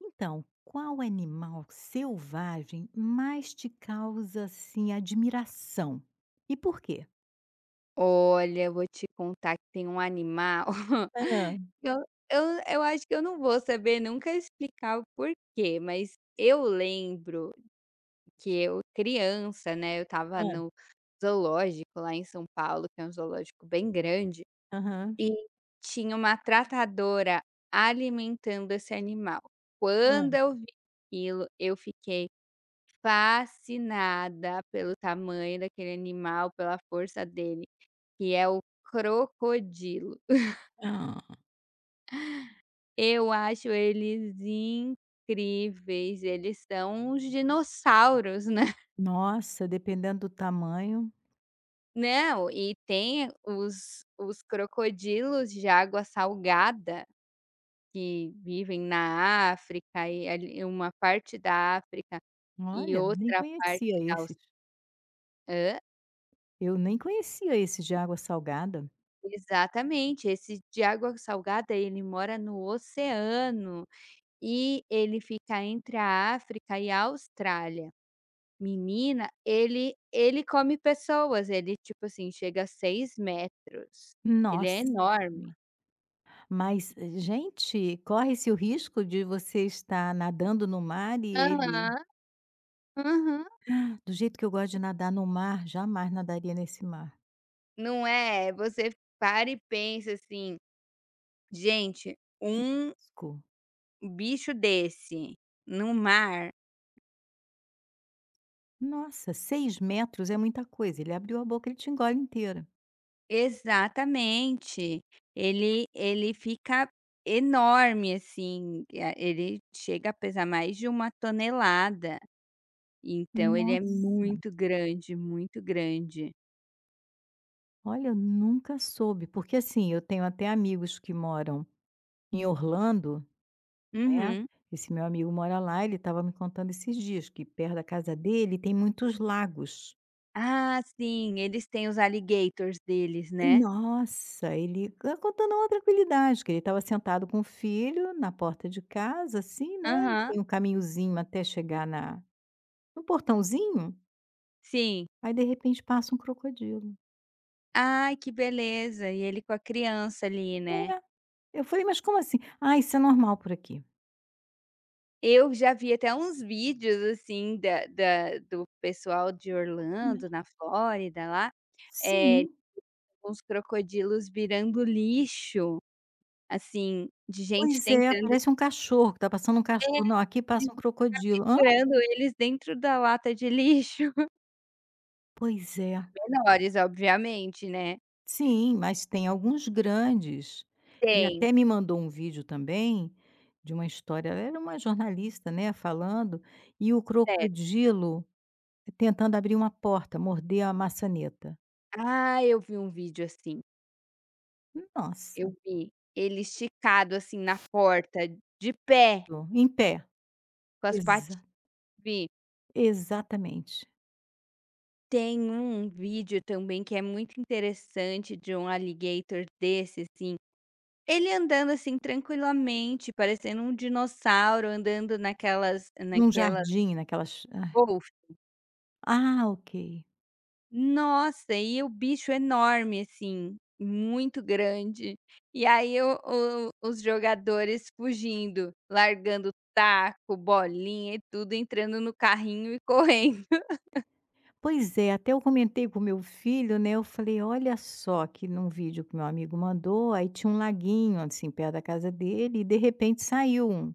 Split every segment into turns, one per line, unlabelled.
Então, qual animal selvagem mais te causa assim admiração? E por quê?
Olha, eu vou te contar que tem um animal
Hã,
eu eu eu acho que eu não vou saber nunca explicar o porquê, mas eu lembro que eu criança, né, eu estava
hã,
no zoológico lá em São Paulo, que é um zoológico bem grande,
aham,
e tinha uma tratadora alimentando esse animal. Quando
hã.
eu vi aquilo, eu fiquei fascinada pelo tamanho daquele animal, pela força dele. Que é o crocodilo.
Ah,
Eu acho eles incríveis, eles são uns dinossauros, né.
nossa, dependendo do tamanho,
Não, e tem os crocodilos de água salgada, que vivem na África e ali uma parte da África e
olha, nem
outra
conhecia
parte da Aus
esses. Eu nem conhecia esses de água salgada.
Exatamente, esse de água salgada ele mora no oceano, e ele fica entre a África e a Austrália. Menina, ele come pessoas, ele, tipo assim, chega a 6 metros. Ele é
Nossa,
enorme.
mas, gente, corre-se o risco de você estar nadando no mar e ele
Aham. Aham.
do jeito que eu gosto de nadar no mar, jamais nadaria nesse mar.
Não, é você para e pensa assim: "Gente,
Que
um
risco.
bicho desse no mar".
Nossa, 6 metros é muita coisa, ele abriu a boca, ele te engole inteira.
Exatamente. Ele fica enorme, assim, a ele chega a pesar mais de uma tonelada, então ele é
Nossa.
muito grande, muito grande.
Olha, eu nunca soube, porque assim, eu tenho até amigos que moram em Orlando, né,
Uhum.
esse meu amigo mora lá, ele estava me contando esses dias que perto da casa dele tem muitos lagos.
Ah, sim, eles têm os alligators deles, né?
Nossa, ele co contando uma tranquilidade, que ele estava sentado com o filho na porta de casa, assim, né, e
Aham,
tem um caminhozinho até chegar na no portãozinho,
sim.
aí de repente passa um crocodilo.
Ai, que beleza! E ele com a criança ali, né?
É. Eu falei: "Mas como assim?". "Ah, isso é normal por aqui".
Eu já vi até uns vídeos assim da da do pessoal de Orlando, na Flórida lá, eh,
Sim.
uns crocodilos virando lixo, assim, de gente
Pois é,
tentando,
parece um cachorro, que tá passando um
é,
cachorro. "Não, aqui
de
passa um crocodilo". "Hã?".
segurando eles dentro da lata de lixo.
"Pois é".
Menores, obviamente, né?
Sim, mas tem alguns grandes. Ele
Tem,
até me mandou um vídeo também, de uma história era uma jornalista, né, falando, e o
certo.
crocodilo tentando abrir uma porta, morder a maçaneta.
Ah, eu vi um vídeo assim.
Nossa,
Eu vi. Ele esticado, assim, na porta, de pé,
do em pé.
com as pati
Exa
vi.
exatamente.
Tem um vídeo também que é muito interessante de um alligator desses, ele andando, assim, tranquilamente, parecendo um dinossauro andando naquelas
Num
naquelas
jardim, naquelas,
Golf.
ok.
Nossa, e o bicho enorme, assim, muito grande. E aí o os jogadores fugindo, largando taco, bolinha e tudo, entrando no carrinho e correndo.
Pois é, até eu comentei com meu filho, né, eu falei: "Olha só", que num vídeo que meu amigo mandou, aí tinha um laguinho, assim, perto da casa dele e de repente saiu um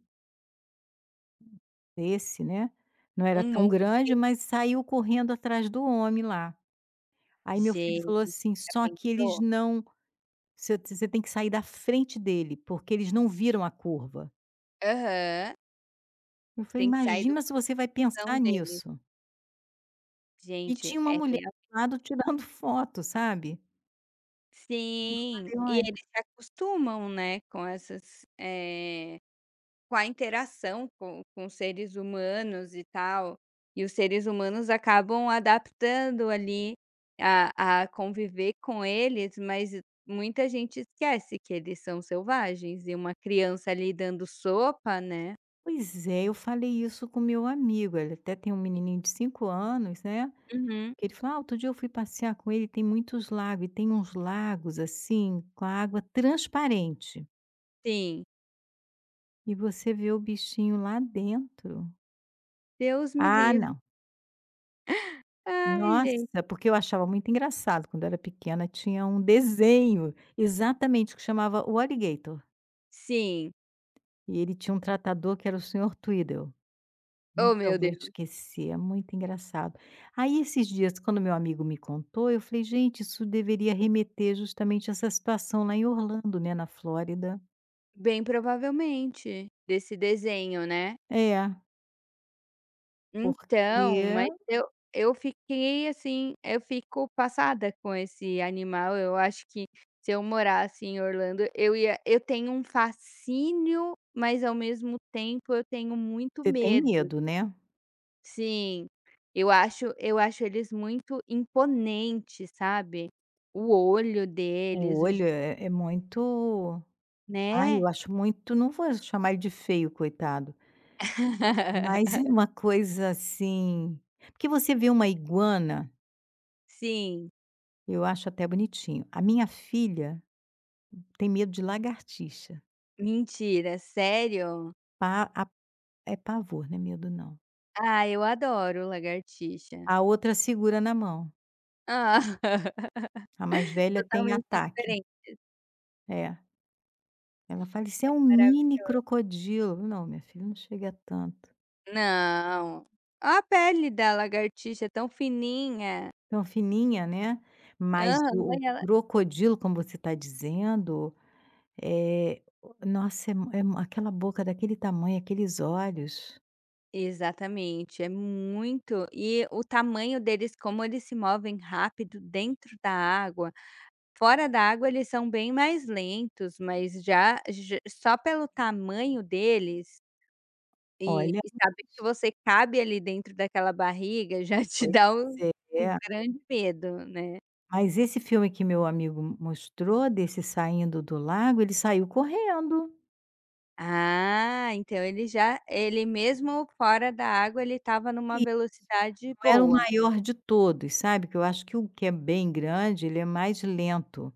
desse, né, não era
Um mon
tão grande, mas saiu correndo atrás do homem lá. Aí meu filho falou
Gente,
assim:
já
"Só que eles
pensou?
não você tem que sair da frente dele, porque eles não viram a curva".
Aham.
Eu falei:
Tem que sair do
"Imagina se você vai
confusão
pensar
deles.
nisso". E
Gente,
tinha uma
é
mulher
real,
do lado tirando foto, sabe.
sim, e
Falei:
eles se acostumam, né, com essas, com a interação com seres humanos e tal, e os seres humanos acabam adaptando ali a conviver com eles, mas muita gente esquece que eles são selvagens e uma criança ali dando sopa, né.
pois é, eu falei isso com meu amigo, ele até tem um menininho de 5 anos, né,
Uhum,
que ele falou: "Ah, outro dia eu fui passear com ele, tem muitos lagos, e tem uns lagos, assim, com a água transparente,
sim.
e você vê o bichinho lá dentro".
Deus me
Ah,
livre.
não.
Ai, gente.
Nossa, porque eu achava muito engraçado, quando eu era pequena tinha um desenho, exatamente, que chamava o Alligator,
Sim.
e ele tinha um tratador que era o senhor Tweedle.
Oh,
Nunca
meu
vou
Deus.
esquecer, é muito engraçado. Aí esses dias, quando meu amigo me contou, eu falei: "Gente, isso deveria remeter justamente a essa situação lá em Orlando, né, na Flórida".
Bem provavelmente, desse desenho, né.
É, porque
Então, mas eu fiquei, assim, eu fico passada com esse animal, eu acho que se eu morasse em Orlando, eu tenho um fascínio, mas ao mesmo tempo eu tenho muito
você tem
medo.
medo, né.
Sim. Eu acho eles muito imponentes, sabe. O olho
O
deles, o je
olho é muito, ai,
né.
eu acho muito, não vou chamar ele de feio, coitado, mas é uma coisa assim, porque você vê uma iguana,
Sim.
eu acho até bonitinho. A minha filha tem medo de lagartixa.
Mentira, sério?
Pa É pavor, não é medo não.
Ah, eu adoro lagartixa.
A outra segura na mão,
Ah.
a mais velha tem
Totalmente
ataque.
diferente,
É. Ela fala: "Isso é um
maravi
mini crocodilo". "Não, minha filha, não chega a tanto".
não, a pele da lagartixa é tão fininha.
Então fininha, né, mas
Aham,
o
e ela
crocodilo, como você está dizendo, é. Nossa, é mu aquela boca daquele tamanho, aqueles olhos.
exatamente, é muito e o tamanho deles, como eles se movem rápido dentro da água, fora da água eles são bem mais lentos, mas já j só pelo tamanho deles.
Olha.
Saber que você cabe ali dentro daquela barriga já te
Pois
dá um
é.
grande medo, né.
Mas esse filme que meu amigo mostrou, desse Saindo do Lago, ele saiu correndo.
Ah, então ele mesmo fora da água ele estava numa velocidade
Não era o
boa.
maior de todos, sabe, que eu acho que o que é bem grande, ele é mais lento,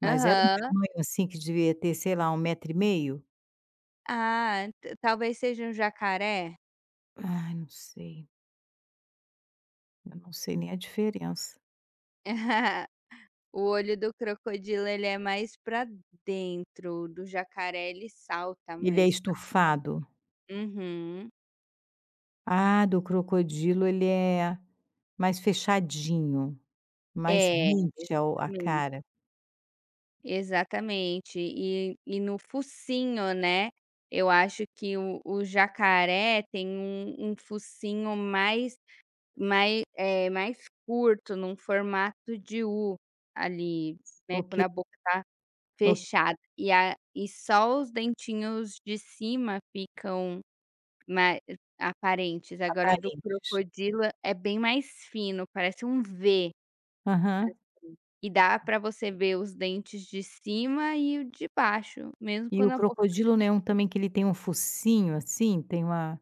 mas era um
Aham.
tamanho, assim, que devia ter, sei lá, um metro e meio.
Ah, ta talvez seja um jacaré?
Ai, não sei, eu não sei nem a diferença.
O olho do crocodilo ele é mais pra dentro, o do jacaré ele salta
Ele é
mais.
estufado?
Uhum.
Ah, do crocodilo ele é mais fechadinho, mais
É,
rente ao à
exatamente.
cara.
Exatamente. E no focinho, né, eu acho que o jacaré tem um focinho mais curto, num formato de U, ali, né,
Ok,
quando a boca tá
ok,
fechada. E a e só os dentinhos de cima ficam mais aparentes. Agora do
aparentes.
crocodilo é bem mais fino, parece um V.
Aham.
E dá pra você ver os dentes de cima e o de baixo, mesmo
E
quando
o
a boca,
crocodilo não é um também que ele tem um focinho, assim, tem uma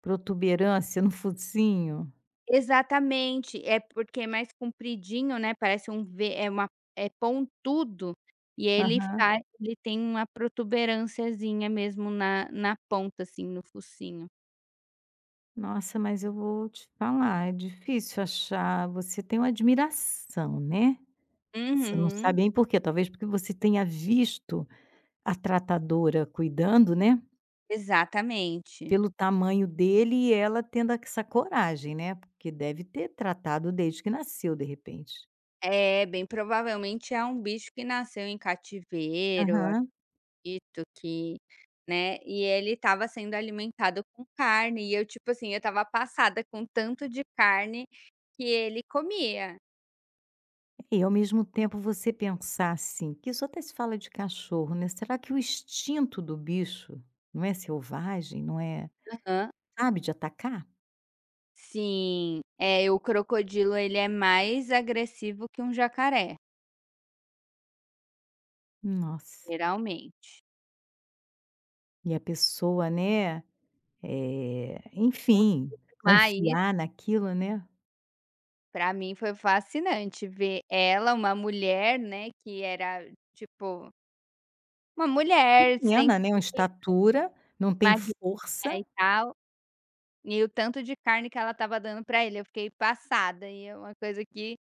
protuberância no focinho?
exatamente, é porque é mais compridinho, né, parece um V, é uma é pontudo, e
Aham.
ele tem uma protuberânciazinha mesmo na ponta, assim, no focinho.
Nossa, mas eu vou te falar, é difícil achar. Você tem uma admiração, né, você não
Uhum,
sabe nem por quê, talvez porque você tenha visto a tratadora cuidando, né,
exatamente.
pelo tamanho dele e ela tendo essa coragem, né, porque deve ter tratado desde que nasceu, de repente.
É, bem provavelmente é um bicho que nasceu em cativeiro.
Aham.
Isso que né, e ele estava sendo alimentado com carne e eu, tipo assim, eu estava passada com tanto de carne que ele comia.
E ao mesmo tempo você pensar assim, que isso até se fala de cachorro, né, será que o instinto do bicho não é selvagem, não é,
Aham.
sabe, de atacar?
Sim, é, o crocodilo ele é mais agressivo que um jacaré,
Nossa.
geralmente.
E a pessoa, né, enfim,
Confirmar isso
confiar naquilo, né.
pra mim foi fascinante ver ela, uma mulher, né, que era tipo, uma mulher sem
Pequena, né, uma estatura, não tem
magrinha
força.
e tal. E o tanto de carne que ela estava dando para ele, eu fiquei passada e é uma coisa que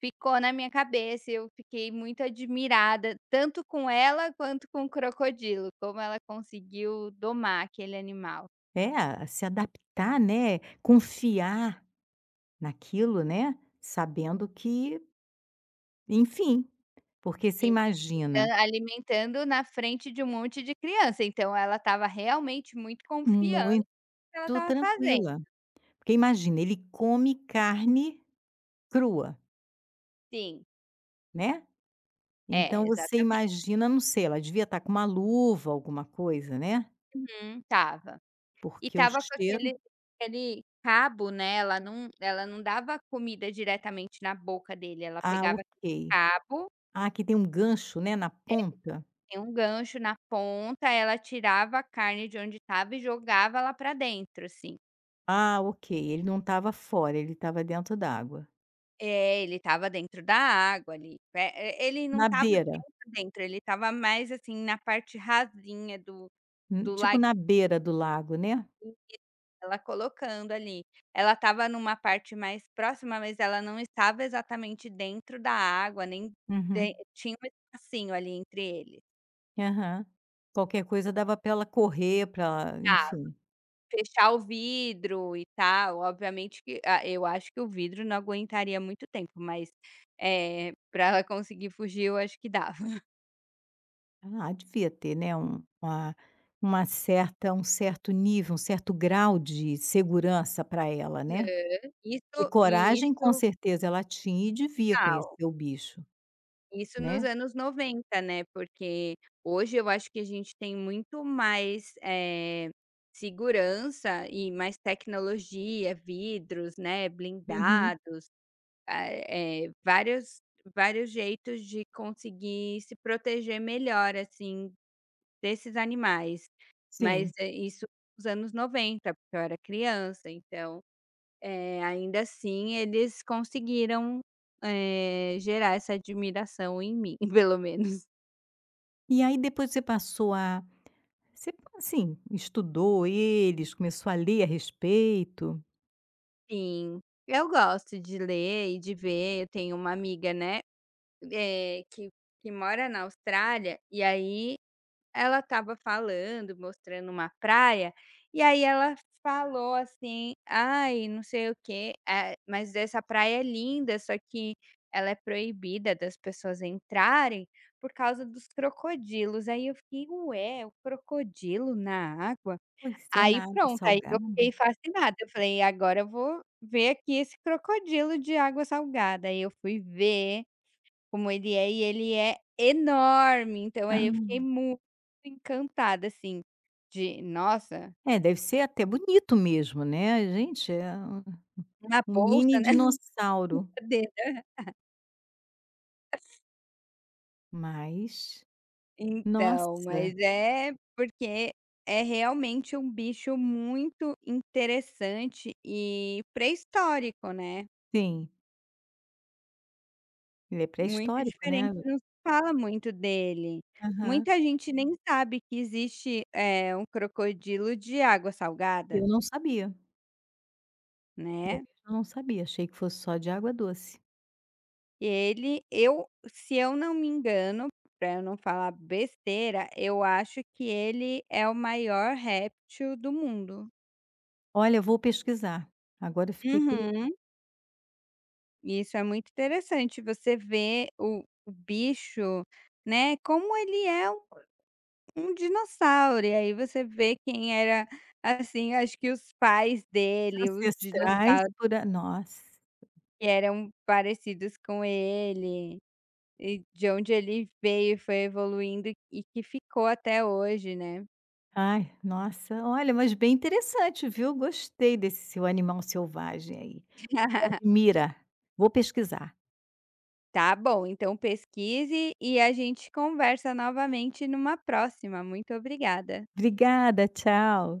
ficou na minha cabeça e eu fiquei muito admirada, tanto com ela quanto com o crocodilo, como ela conseguiu domar aquele animal.
É, a se adaptar, né, confiar naquilo, né, sabendo que, enfim, porque você
Sim. Dan
imagina,
alimentando na frente de um monte de criança, então ela estava realmente muito confiante
muito
no que ela estava fazendo.
tranquila. Porque imagina, ele come carne crua,
Sim,
né. Então
é,
você
exatamente.
imagina, não sei, ela devia estar com uma luva, alguma coisa, né,
Uhum, estava. E
porque o
tava com
cheiro.
aquele cabo, né, ela não dava comida diretamente na boca dele, ela
Ah,
pegava
ok.
aquele cabo,
Ah, que tem um gancho, né, na ponta?
tem um gancho na ponta, ela tirava a carne de onde estava e jogava lá pra dentro, assim.
Ah, ok, ele não estava fora, ele estava dentro d'água.
É, ele estava dentro da água ali, e ele não
Na
estava
beira,
dentro, dentro, ele estava mais, assim, na parte rasinha do do la
tipo na beira do lago, né?
isso. Ela colocando ali. Ela estava numa parte mais próxima, mas ela não estava exatamente dentro da água, nem tem
Uhum,
tinha um espacinho ali entre eles.
aham. Qualquer coisa dava para ela correr, para,
Tá,
enfim.
fechar o vidro e tal, obviamente que a eu acho que o vidro não aguentaria muito tempo, mas para ela conseguir fugir eu acho que dava.
Ah, devia ter, né, um uma certa um certo nível, um certo grau de segurança para ela, né? Que
Isso e
coragem com
isso
certeza ela tinha e devia
tal.
conhecer o bicho,
Isso nos
né?
anos 90, né, porque hoje eu acho que a gente tem muito mais, segurança e mais tecnologia, vidros, né,
Uhum,
blindado, ah, eh, vários vários jeitos de conseguir se proteger melhor, assim, desses animais. Mas,
sim.
isso nos anos 90, porque eu era criança, então, ainda assim eles conseguiram, gerar essa admiração em mim, pelo menos.
E aí depois você passou a, você, assim, estudou eles, começou a ler a respeito?
Sim, eu gosto de ler e de ver. Eu tenho uma amiga, né, eh, que que mora na Austrália, e aí ela estava falando, mostrando uma praia, e aí ela falou assim: "Ai, não sei o quê, mas essa praia é linda, só que ela é proibida das pessoas entrarem por causa dos crocodilos". Aí eu fiquei: "Ué, o crocodilo na água?".
Pois é, na
Aí
água
pronto, aí eu
salgada?
fiquei fascinada, eu falei: "Agora eu vou ver aqui esse crocodilo de água salgada". Aí eu fui ver como ele é e ele é enorme, então aí eu
Ah,
fiquei muito encantada, assim, de nossa,
é, deve ser até bonito mesmo, né. Gente, é um
uma
um
bolsa,
mini
né,
dinossauro,
dentro.
mas
Então,
nossa,
mas é porque é realmente um bicho muito interessante e pré-histórico, né.
sim, ele é
Muito
pré-histórico, né.
diferente, não se fala muito dele.
Aham.
Muita gente nem sabe que existe, um crocodilo de água salgada,
Eu não sabia, eu
né.
mesmo não sabia, achei que fosse só de água doce.
Ele eu se eu não me engano, para eu não falar besteira, eu acho que ele é o maior réptil do mundo.
Olha, eu vou pesquisar, agora eu fiquei curiosa,
Uhum. Isso é muito interessante, você vê o bicho, né, como ele é. Um dinossauro, e aí você vê quem era, assim, acho que os pais dele, os
ancestrais
dinossauros
por a nossa.
que eram parecidos com ele, e de onde ele veio, foi evoluindo e que ficou até hoje, né.
Ai, nossa, olha, mas bem interessante, viu? Gostei desse seu animal selvagem aí. Te admira. Vou pesquisar.
Tá bom, então pesquise e a gente conversa novamente numa próxima. Muito obrigada.
Obrigada, tchau.